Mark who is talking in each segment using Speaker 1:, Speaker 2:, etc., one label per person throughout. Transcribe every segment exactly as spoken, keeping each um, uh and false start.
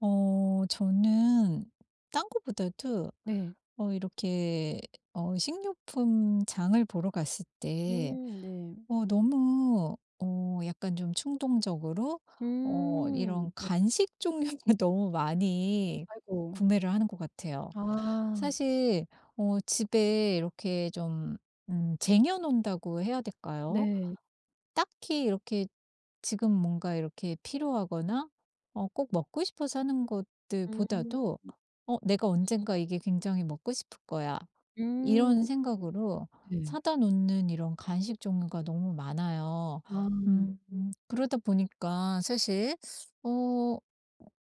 Speaker 1: 어 저는 딴 거보다도
Speaker 2: 네.
Speaker 1: 어 이렇게 어 식료품 장을 보러 갔을 때
Speaker 2: 음 네.
Speaker 1: 어 너무 어 약간 좀 충동적으로 어 이런
Speaker 2: 음. 네.
Speaker 1: 간식 종류를 너무 많이
Speaker 2: 아이고.
Speaker 1: 구매를 하는 것 같아요.
Speaker 2: 아.
Speaker 1: 사실 어 집에 이렇게 좀 음 쟁여 놓는다고 해야 될까요?
Speaker 2: 네.
Speaker 1: 딱히 이렇게 지금 뭔가 이렇게 필요하거나 어 꼭 먹고 싶어서 하는
Speaker 2: 음.
Speaker 1: 것들보다도, '어 내가 언젠가 이게 굉장히 먹고 싶을 거야.'
Speaker 2: 음.
Speaker 1: 이런 생각으로
Speaker 2: 네.
Speaker 1: 사다 놓는 이런 간식 종류가 너무 많아요.
Speaker 2: 아.
Speaker 1: 음 음, 그러다 보니까 사실 어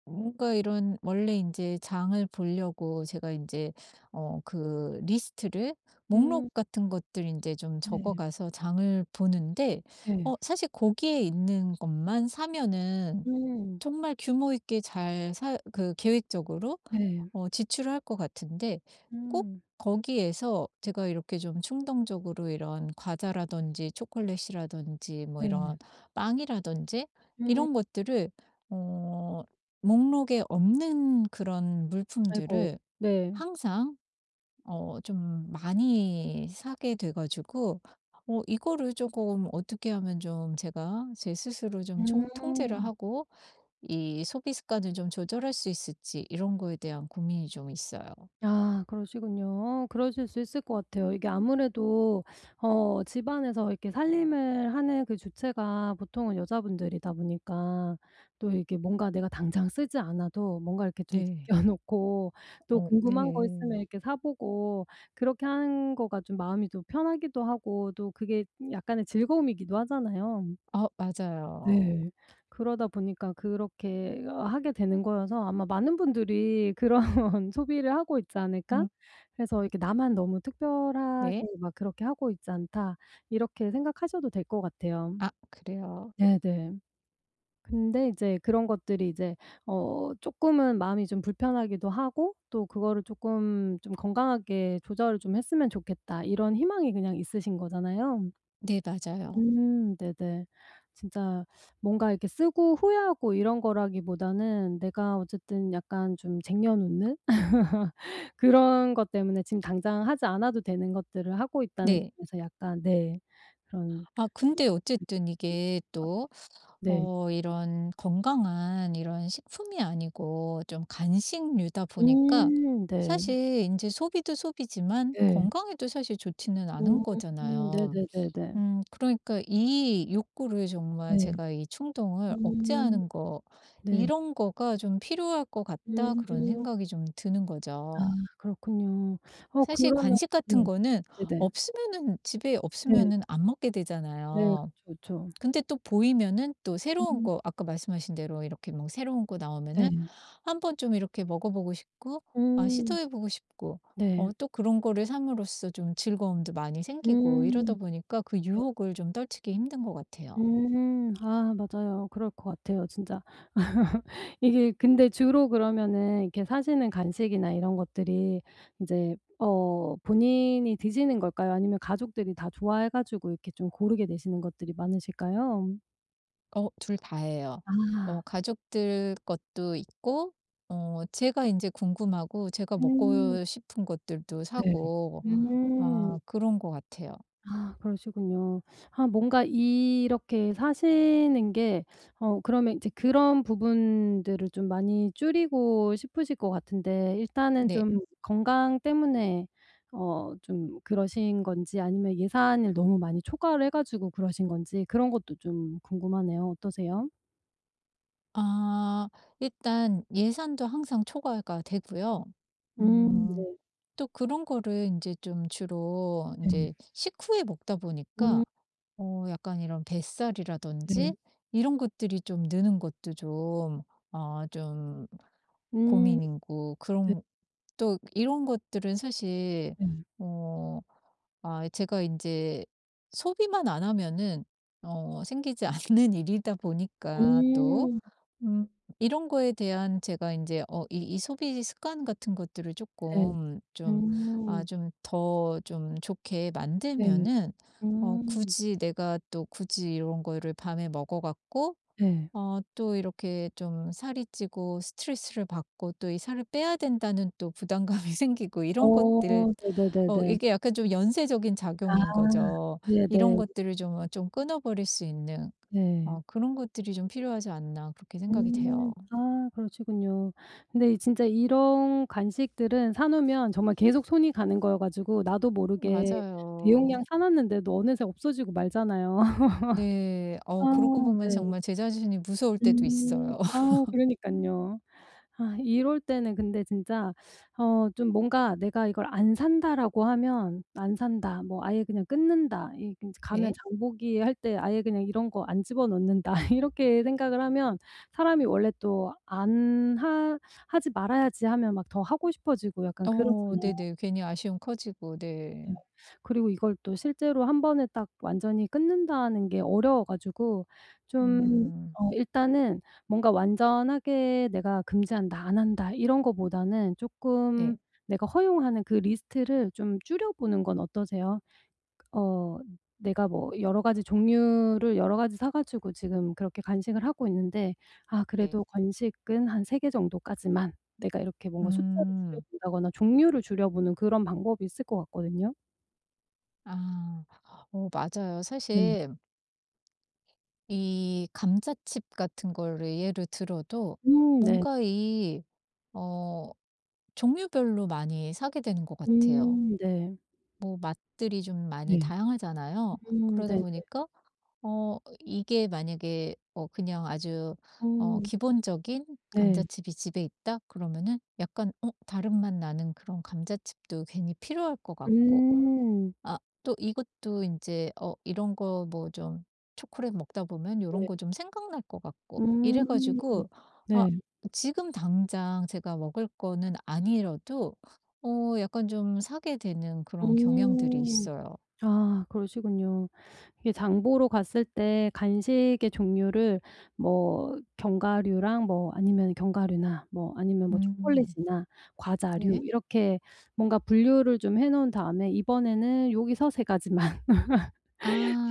Speaker 1: 뭔가 이런, 원래 이제 장을 보려고 제가 이제 어 그 리스트를,
Speaker 2: 음.
Speaker 1: 목록 같은 것들 이제 좀 적어
Speaker 2: 네.
Speaker 1: 가서 장을 보는데,
Speaker 2: 네.
Speaker 1: 어 사실 거기에 있는 것만 사면은
Speaker 2: 음.
Speaker 1: 정말 규모 있게 잘 사 그 계획적으로
Speaker 2: 네.
Speaker 1: 어 지출을 할 것 같은데, 꼭
Speaker 2: 음.
Speaker 1: 거기에서 제가 이렇게 좀 충동적으로 이런 과자라든지 초콜릿이라든지 뭐 이런
Speaker 2: 네.
Speaker 1: 빵이라든지
Speaker 2: 음.
Speaker 1: 이런 것들을, 어 목록에 없는 그런
Speaker 2: 아이고.
Speaker 1: 물품들을
Speaker 2: 네.
Speaker 1: 항상 어 좀 많이 사게 돼 가지고, 어 이거를 조금 어떻게 하면 좀 제가 제 스스로 좀 총 통제를
Speaker 2: 음.
Speaker 1: 하고 이 소비 습관을 좀 조절할 수 있을지, 이런 거에 대한 고민이 좀 있어요.
Speaker 2: 아 그러시군요. 그러실 수 있을 것 같아요. 이게 아무래도 어 집안에서 이렇게 살림을 하는 그 주체가 보통은 여자분들이다 보니까 또 이게 뭔가 내가 당장 쓰지 않아도 뭔가 이렇게 좀
Speaker 1: 네.
Speaker 2: 제껴 놓고 또
Speaker 1: 어
Speaker 2: 궁금한 거 있으면
Speaker 1: 네.
Speaker 2: 이렇게 사 보고 그렇게 하는 거가 좀 마음이 또 편하기도 하고 또 그게 약간의 즐거움이기도 하잖아요.
Speaker 1: 어 맞아요.
Speaker 2: 네. 그러다 보니까 그렇게 어 하게 되는 거여서 아마 많은 분들이 그런 소비를 하고 있지 않을까?
Speaker 1: 음
Speaker 2: 그래서 이렇게 '나만 너무
Speaker 1: 네.
Speaker 2: 특별하게 막 그렇게 하고 있지 않다.' 이렇게 생각하셔도 될 것 같아요.
Speaker 1: 아, 그래요?
Speaker 2: 네네. 근데 이제 그런 것들이 이제 어 쪼끔은 마음이 좀 불편하기도 하고 또 그거를 쪼끔 좀 '건강하게 조절을 좀 했으면 좋겠다.' 이런 희망이 그냥 있으신 거잖아요.
Speaker 1: 네, 맞아요.
Speaker 2: 음 네네. 진짜 뭔가 이렇게 쓰고 후회하고 이런 거라기보다는 내가 어쨌든 약간 좀 쟁여 놓는 그런 것 때문에 지금 당장 하지 않아도 되는 것들을 하고 있다는
Speaker 1: 네.
Speaker 2: 점에서 약간 네 그런
Speaker 1: 아, 근데 어쨌든 이게 또
Speaker 2: 네.
Speaker 1: 어 이런 건강한 이런 식품이 아니고 좀 간식류다 보니까,
Speaker 2: 음 네.
Speaker 1: 사실 이제 소비도 소비지만
Speaker 2: 네.
Speaker 1: 건강에도 사실 좋지는 않은
Speaker 2: 음
Speaker 1: 거잖아요.
Speaker 2: 네네네네.
Speaker 1: 음 그러니까 이 욕구를 정말
Speaker 2: 네.
Speaker 1: 제가, 이 충동을
Speaker 2: 음
Speaker 1: 억제하는 거,
Speaker 2: 네.
Speaker 1: '이런 거가 좀 필요할 것 같다.' 그런
Speaker 2: 음
Speaker 1: 생각이 좀 드는
Speaker 2: 아
Speaker 1: 거죠.
Speaker 2: 그렇군요. 어
Speaker 1: 사실
Speaker 2: 그러면
Speaker 1: 간식 같은
Speaker 2: 네
Speaker 1: 거는
Speaker 2: 네네.
Speaker 1: 없으면은, 집에
Speaker 2: 네.
Speaker 1: 없으면은 안 먹게
Speaker 2: 네.
Speaker 1: 되잖아요.
Speaker 2: 그쵸, 그쵸.
Speaker 1: 근데 또 보이면은, 또 새로운
Speaker 2: 음.
Speaker 1: 거, 아까 말씀하신 대로 이렇게, 뭐 새로운 거
Speaker 2: 네.
Speaker 1: 나오면은 한번 좀 이렇게 먹어보고 싶고, 아,
Speaker 2: 음.
Speaker 1: 시도해보고 싶고, 어
Speaker 2: 네.
Speaker 1: 또 그런 거를 삼으로써 좀 즐거움도 많이 생기고, 이러다
Speaker 2: 음.
Speaker 1: 보니까 그
Speaker 2: 네.
Speaker 1: 유혹을 좀 떨치기 힘든 것 같아요.
Speaker 2: 음. 아 맞아요. 그럴 것 같아요 진짜. 이게 근데 주로 그러면은 이렇게 사시는 간식이나 이런 것들이 이제 어 본인이 드시는 걸까요? 아니면 가족들이 다 좋아해 가지고 이렇게 좀 고르게 되시는 것들이 많으실까요?
Speaker 1: 어 둘 다예요. 어
Speaker 2: 아.
Speaker 1: 가족들 것도 있고, 어 제가 이제 궁금하고 제가
Speaker 2: 음.
Speaker 1: 먹고 싶은 것들도
Speaker 2: 네.
Speaker 1: 사고,
Speaker 2: 음. 음.
Speaker 1: 아, 그런 것 같아요.
Speaker 2: 아 그러시군요. 아 뭔가 이렇게 사시는 게 어 그러면 이제 그런 부분들을 좀 많이 줄이고 싶으실 것 같은데 일단은
Speaker 1: 네.
Speaker 2: 좀 음. 건강 때문에 어 좀 그러신 건지 아니면 예산을 너무 많이 초과를 해 가지고 그러신 건지 그런 것도 좀 궁금하네요. 어떠세요?
Speaker 1: 아, 일단 예산도 항상 초과가 되고요. 음
Speaker 2: 음
Speaker 1: 또 그런 거를 이제 좀 주로 이
Speaker 2: 네. 네.
Speaker 1: 제 식후에 먹다 보니까
Speaker 2: 음.
Speaker 1: 어 약간 이런
Speaker 2: 네.
Speaker 1: 뱃살이라든지 이런 것들이 좀 느는 것도 좀, 아, 좀
Speaker 2: 음.
Speaker 1: 고민이고,
Speaker 2: 네
Speaker 1: 그런 또 이런 것들은 사실,
Speaker 2: 네.
Speaker 1: 어 아, 제가 이제 소비만 안 하면은 어 생기지 않는 일이다 보니까 또,
Speaker 2: 음.
Speaker 1: 음 이런 거에 대한, 제가 이제 어 이 이 소비 습관 같은 것들을
Speaker 2: 네.
Speaker 1: 조금 좀, 아
Speaker 2: 음.
Speaker 1: 좀 더 좀 좋게
Speaker 2: 네.
Speaker 1: 만들면은 어
Speaker 2: 음.
Speaker 1: 굳이 내가, 또 굳이 이런 거를 밤에 먹어 갖고
Speaker 2: 네.
Speaker 1: 어 또 이렇게 좀 살이 찌고 스트레스를 받고, 또 이 살을 빼야 된다는 또 부담감이 생기고, 이런 것들,
Speaker 2: 어
Speaker 1: 어
Speaker 2: 네네네네.
Speaker 1: 이게 약간 좀 연쇄적인
Speaker 2: 아
Speaker 1: 작용인 거죠. 이런
Speaker 2: 네네.
Speaker 1: 것들을 좀 어 좀 끊어버릴 수 있는
Speaker 2: 네.
Speaker 1: 어 그런 것들이 좀 필요하지 않나, 그렇게 생각이
Speaker 2: 음.
Speaker 1: 돼요.
Speaker 2: 아 그러시군요. 근데 이 진짜 이런 간식들은 사 놓으면 정말 계속 손이 가는 거여 가지고 나도 모르게 대용량
Speaker 1: 맞아요.
Speaker 2: 사 놨는데도 어느새 없어지고 말잖아요.
Speaker 1: 네.
Speaker 2: 아
Speaker 1: 어 그러고 보면
Speaker 2: 네.
Speaker 1: 정말 제 자신이 무서울 때도
Speaker 2: 음.
Speaker 1: 있어요.
Speaker 2: 아 그러니깐요. 아 이럴 때는 근데 진짜 어 좀 뭔가 '내가 이걸 안 산다.'라고 하면 '안 산다.' 뭐 '아예 그냥 끊는다.' 이 그 가면
Speaker 1: 네.
Speaker 2: 장보기 할 때 '아예 그냥 이런 거 안 집어넣는다.' 이렇게 생각을 하면 사람이 원래 또 안 하 하지 말아야지 하면 막 더 하고 싶어지고 약간
Speaker 1: 어
Speaker 2: 그렇잖아요.
Speaker 1: 네네. 괜히 아쉬움 커지고, 네.
Speaker 2: 네. 그리고 이걸 또 실제로 한 번에 딱 완전히 끊는다는 게 어려워 가지고 좀
Speaker 1: 음.
Speaker 2: 어 일단은 뭔가 완전하게 '내가 금지한다. 안 한다.' 이런 거보다는 쪼끔
Speaker 1: 네.
Speaker 2: 내가 허용하는 그 리스트를 좀 줄여 보는 건 어떠세요? 어 내가 뭐 여러 가지 종류를 여러 가지 사 가지고 지금 그렇게 간식을 하고 있는데 아 그래도
Speaker 1: 네.
Speaker 2: 건식은 한 세 개 정도까지만 내가 이렇게 뭔가 숫자를 줄여
Speaker 1: 음.
Speaker 2: 본다거나 종류를 줄여 보는 그런 방법이 있을 것 같거든요.
Speaker 1: 아. 어 맞아요.
Speaker 2: 네.
Speaker 1: 사실 이 감자칩 같은 거를 예를 들어도,
Speaker 2: 음 네.
Speaker 1: 뭔가 이 어 종류별로 많이 사게 되는 것 같아요.
Speaker 2: 음 네.
Speaker 1: 뭐 맛들이 좀 많이
Speaker 2: 네.
Speaker 1: 다양하잖아요.
Speaker 2: 음
Speaker 1: 그러다
Speaker 2: 네네.
Speaker 1: 보니까 어 이게 만약에 어 그냥 아주 어
Speaker 2: 음
Speaker 1: 기본적인
Speaker 2: 네.
Speaker 1: 감자칩이 집에 있다 그러면은, 약간 어 다른 맛 나는 그런 감자칩도 괜히 필요할 것 같고,
Speaker 2: 음.
Speaker 1: 아, 또 이것도 이제 어 이런 거, 뭐 좀 초콜릿 먹다 보면 이런
Speaker 2: 네.
Speaker 1: 거 좀 생각날 것 같고, 이래
Speaker 2: 음.
Speaker 1: 가지고, 아,
Speaker 2: 네.
Speaker 1: 지금 당장 제가 먹을 거는 아니라도 어 약간 좀 사게 되는 그런 경향들이
Speaker 2: 음.
Speaker 1: 있어요.
Speaker 2: 아 그러시군요. 이게 장보러 갔을 때 간식의 종류를 뭐 견과류랑 뭐 아니면 견과류나 뭐 아니면 뭐
Speaker 1: 음
Speaker 2: 초콜릿이나
Speaker 1: 네.
Speaker 2: 과자류 이렇게 뭔가 분류를 좀 해 놓은 다음에 이번에는 여기서 세 가지만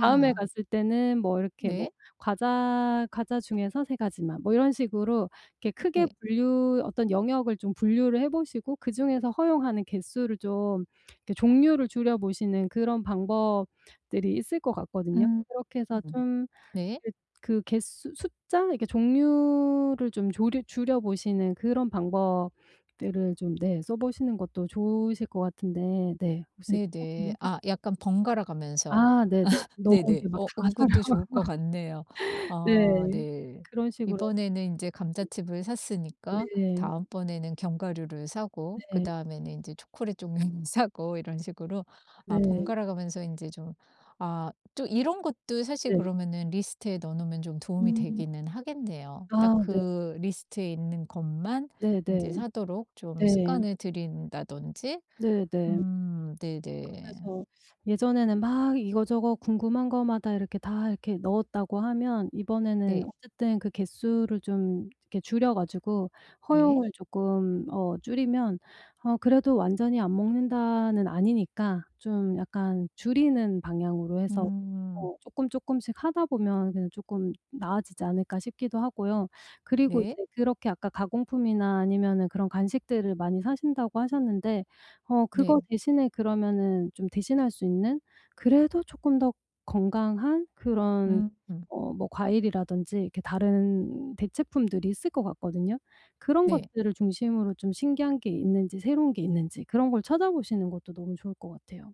Speaker 2: 다음에 갔을 때는 뭐 이렇게 뭐
Speaker 1: 네.
Speaker 2: 과자 과자 중에서 세 가지만 뭐 이런 식으로 이렇게 크게
Speaker 1: 네.
Speaker 2: 분류 어떤 영역을 좀 분류를 해 보시고 그중에서 허용하는 개수를 좀 이렇게 종류를 줄여 보시는 그런 방법들이 있을 것 같거든요.
Speaker 1: 음.
Speaker 2: 그렇게 해서
Speaker 1: 음.
Speaker 2: 좀
Speaker 1: 네.
Speaker 2: 그 그 개수 숫자 이렇게 종류를 좀 조류 줄여 보시는 그런 방법들을 좀 네 써 보시는 것도 좋으실 것 같은데 네 혹시 그렇게는
Speaker 1: 네네.
Speaker 2: 해 보셨
Speaker 1: 아, 약간 번갈아 가면서.
Speaker 2: 아 네네. 너무
Speaker 1: 네네.
Speaker 2: 이게 막
Speaker 1: 어 어
Speaker 2: 다사
Speaker 1: 그것도 좋을 것 같네요. 아,
Speaker 2: 네.
Speaker 1: 네.
Speaker 2: 그런 식으로
Speaker 1: 이번에는 이제 감자칩을 샀으니까
Speaker 2: 네.
Speaker 1: 다음번에는 견과류를 사고,
Speaker 2: 네.
Speaker 1: 그다음에는 이제 초콜릿 종류를 사고, 이런 식으로, 아,
Speaker 2: 네.
Speaker 1: 번갈아 가면서 이제 좀. 아, 또 이런 것도 사실
Speaker 2: 네.
Speaker 1: 그러면은 리스트에 넣어 놓으면 좀 도움이
Speaker 2: 음.
Speaker 1: 되기는 하겠네요. 딱
Speaker 2: 아 네.
Speaker 1: 그 리스트에 있는 것만
Speaker 2: 네네.
Speaker 1: 이제 사도록 좀
Speaker 2: 네.
Speaker 1: 습관을 들인다든지.
Speaker 2: 네네.
Speaker 1: 음 네네.
Speaker 2: 그래서 예전에는 막 이거저거 궁금한 거마다 이렇게 다 이렇게 넣었다고 하면 이번에는
Speaker 1: 네.
Speaker 2: 어쨌든 그 개수를 좀 이렇게 줄여 가지고
Speaker 1: 네.
Speaker 2: 허용을 조금 어 줄이면 어 그래도 완전히 안 먹는다는 아니니까 좀 약간 줄이는 방향으로 해서
Speaker 1: 음
Speaker 2: 어 쪼끔 쪼끔씩 하다 보면 그냥 쪼끔 나아지지 않을까 싶기도 하고요. 그리고
Speaker 1: 네.
Speaker 2: 이제 그렇게 아까 가공품이나 아니면은 그런 간식들을 많이 사신다고 하셨는데 어 그거
Speaker 1: 네.
Speaker 2: 대신에 그러면은 좀 대신할 수 있는 그래도 쪼끔 더 건강한 그런
Speaker 1: 음 음.
Speaker 2: 어 뭐 과일이라든지 이렇게 다른 대체품들이 있을 것 같거든요. 그런
Speaker 1: 네.
Speaker 2: 것들을 중심으로 좀 신기한 게 있는지 새로운 게 있는지 그런 걸 찾아보시는 것도 너무 좋을 것 같아요.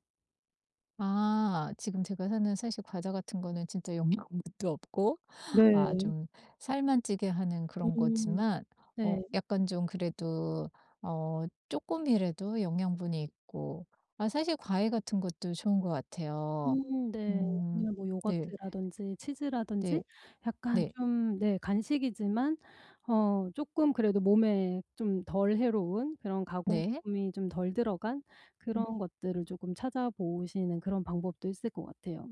Speaker 1: 아, 지금 제가 사는, 사실 과자 같은 거는 진짜 영양분도 없고 아,
Speaker 2: 네.
Speaker 1: 좀 살만 찌게 하는 그런
Speaker 2: 음.
Speaker 1: 거지만, 어
Speaker 2: 네.
Speaker 1: 약간 좀 그래도 어 조금이라도 영양분이 있고, 아, 사실 과일 같은 것도 좋은 것 같아요.
Speaker 2: 음 네.
Speaker 1: 음.
Speaker 2: 아니면 뭐
Speaker 1: 네.
Speaker 2: 요거트라든지 치즈라든지
Speaker 1: 네.
Speaker 2: 약간
Speaker 1: 네.
Speaker 2: 좀 네 간식이지만 어 쪼끔 그래도 몸에 좀 덜 해로운 그런
Speaker 1: 네.
Speaker 2: 가공품이 좀 덜 들어간
Speaker 1: 음.
Speaker 2: 그런 것들을 조금 찾아보시는 그런 방법도 있을 것 같아요.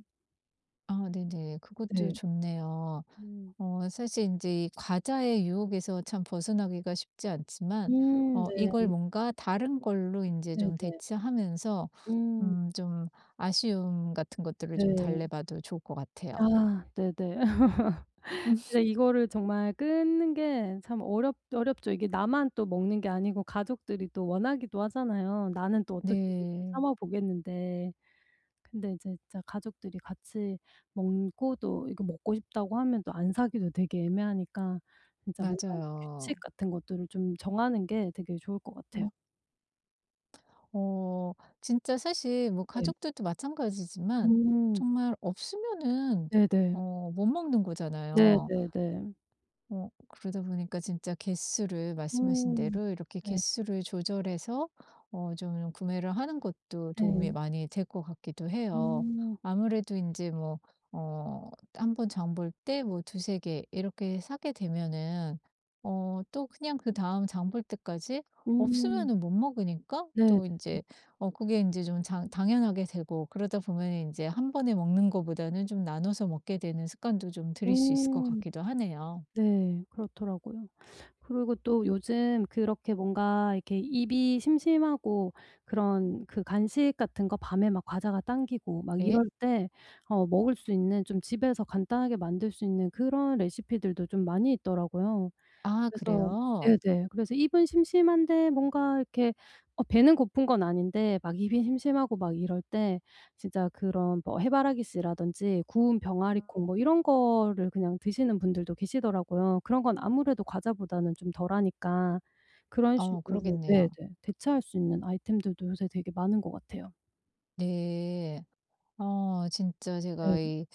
Speaker 1: 아, 네네. 그것도
Speaker 2: 네.
Speaker 1: 좋네요.
Speaker 2: 음.
Speaker 1: 어 사실 이제 이 과자의 유혹에서 참 벗어나기가 쉽지 않지만,
Speaker 2: 음
Speaker 1: 어 이걸
Speaker 2: 네.
Speaker 1: 뭔가 다른 걸로 이제
Speaker 2: 네네.
Speaker 1: 좀 대체하면서
Speaker 2: 음
Speaker 1: 음 좀 아쉬움 같은 것들을 좀
Speaker 2: 네.
Speaker 1: 달래봐도 좋을 것 같아요.
Speaker 2: 아 네네. 진짜 이거를 정말 끊는 게 참 어렵 어렵죠. 이게 나만 또 먹는 게 아니고 가족들이 또 원하기도 하잖아요. 나는 또 어떻게든 좀
Speaker 1: 네.
Speaker 2: 참아 보겠는데. 근데 이제 진짜 가족들이 같이 먹고 또 이거 먹고 싶다고 하면 또 안 사기도 되게 애매하니까 진짜 뭔가 규칙
Speaker 1: 맞아요.
Speaker 2: 같은 것들을 좀 정하는 게 되게 좋을 것 같아요.
Speaker 1: 음 어 진짜 사실 뭐
Speaker 2: 네.
Speaker 1: 가족들도 마찬가지지만,
Speaker 2: 음.
Speaker 1: 정말 없으면은
Speaker 2: 네네.
Speaker 1: 어 못 먹는 거잖아요.
Speaker 2: 네네네.
Speaker 1: 어 그러다 보니까 진짜 개수를, 말씀하신
Speaker 2: 음.
Speaker 1: 대로 이렇게
Speaker 2: 네.
Speaker 1: 개수를 조절해서 어 좀 구매를 하는 것도 도움이
Speaker 2: 네.
Speaker 1: 많이 될 것 같기도 해요.
Speaker 2: 음.
Speaker 1: 아무래도 이제 뭐 어 한 번 장볼 때 뭐 두세 개 이렇게 사게 되면은 어 또 그냥 그다음 장볼 때까지
Speaker 2: 음.
Speaker 1: 없으면은 못 먹으니까,
Speaker 2: 네네.
Speaker 1: 또 이제 어 그게 이제 좀 장 당연하게 되고, 그러다 보면 이제 한 번에 먹는 거보다는 좀 나눠서 먹게 되는 습관도 좀 들일 수 있을 것
Speaker 2: 음.
Speaker 1: 같기도 하네요.
Speaker 2: 네. 그렇더라고요. 그리고 또 요즘 그렇게 뭔가 이렇게 입이 심심하고 그런 그 간식 같은 거 밤에 막 과자가 당기고 막
Speaker 1: 네.
Speaker 2: 이럴 때 어 먹을 수 있는 좀 집에서 간단하게 만들 수 있는 그런 레시피들도 좀 많이 있더라고요.
Speaker 1: 아,
Speaker 2: 그래서
Speaker 1: 그래요?
Speaker 2: 네네. 그래서 입은 심심한데 뭔가 이렇게 어 배는 고픈 건 아닌데 막 입이 심심하고 막 이럴 때 진짜 그런 뭐 해바라기씨라든지 구운 병아리콩 뭐 이런 거를 그냥 드시는 분들도 계시더라고요. 그런 건 아무래도 과자보다는 좀 덜하니까 그런
Speaker 1: 어
Speaker 2: 식으로 네네.
Speaker 1: 그러겠네요.
Speaker 2: 대체할 수 있는 아이템들도 요새 되게 많은 것 같아요.
Speaker 1: 네. 어 진짜
Speaker 2: 네.
Speaker 1: 제가 이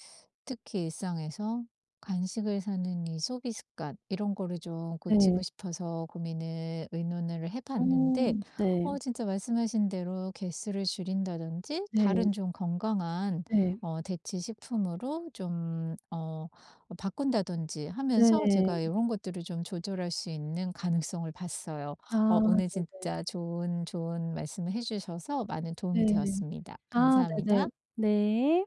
Speaker 1: 특히 일상에서 간식을 사는 이 소비 습관, 이런 거를 좀 고치고
Speaker 2: 네.
Speaker 1: 싶어서 고민을, 의논을 해 봤는데,
Speaker 2: 음. 네.
Speaker 1: 어 진짜 말씀하신 대로 개수를 줄인다든지,
Speaker 2: 네.
Speaker 1: 다른 좀 건강한
Speaker 2: 네.
Speaker 1: 어 대체 식품으로 좀 어 바꾼다든지 하면서
Speaker 2: 네.
Speaker 1: 제가 이런 것들을 좀 조절할 수 있는 가능성을 봤어요.
Speaker 2: 아
Speaker 1: 어 오늘
Speaker 2: 네네.
Speaker 1: 진짜 좋은, 좋은 말씀을 해 주셔서 많은
Speaker 2: 네.
Speaker 1: 도움이 되었습니다.
Speaker 2: 아 네네.
Speaker 1: 감사합니다.
Speaker 2: 네.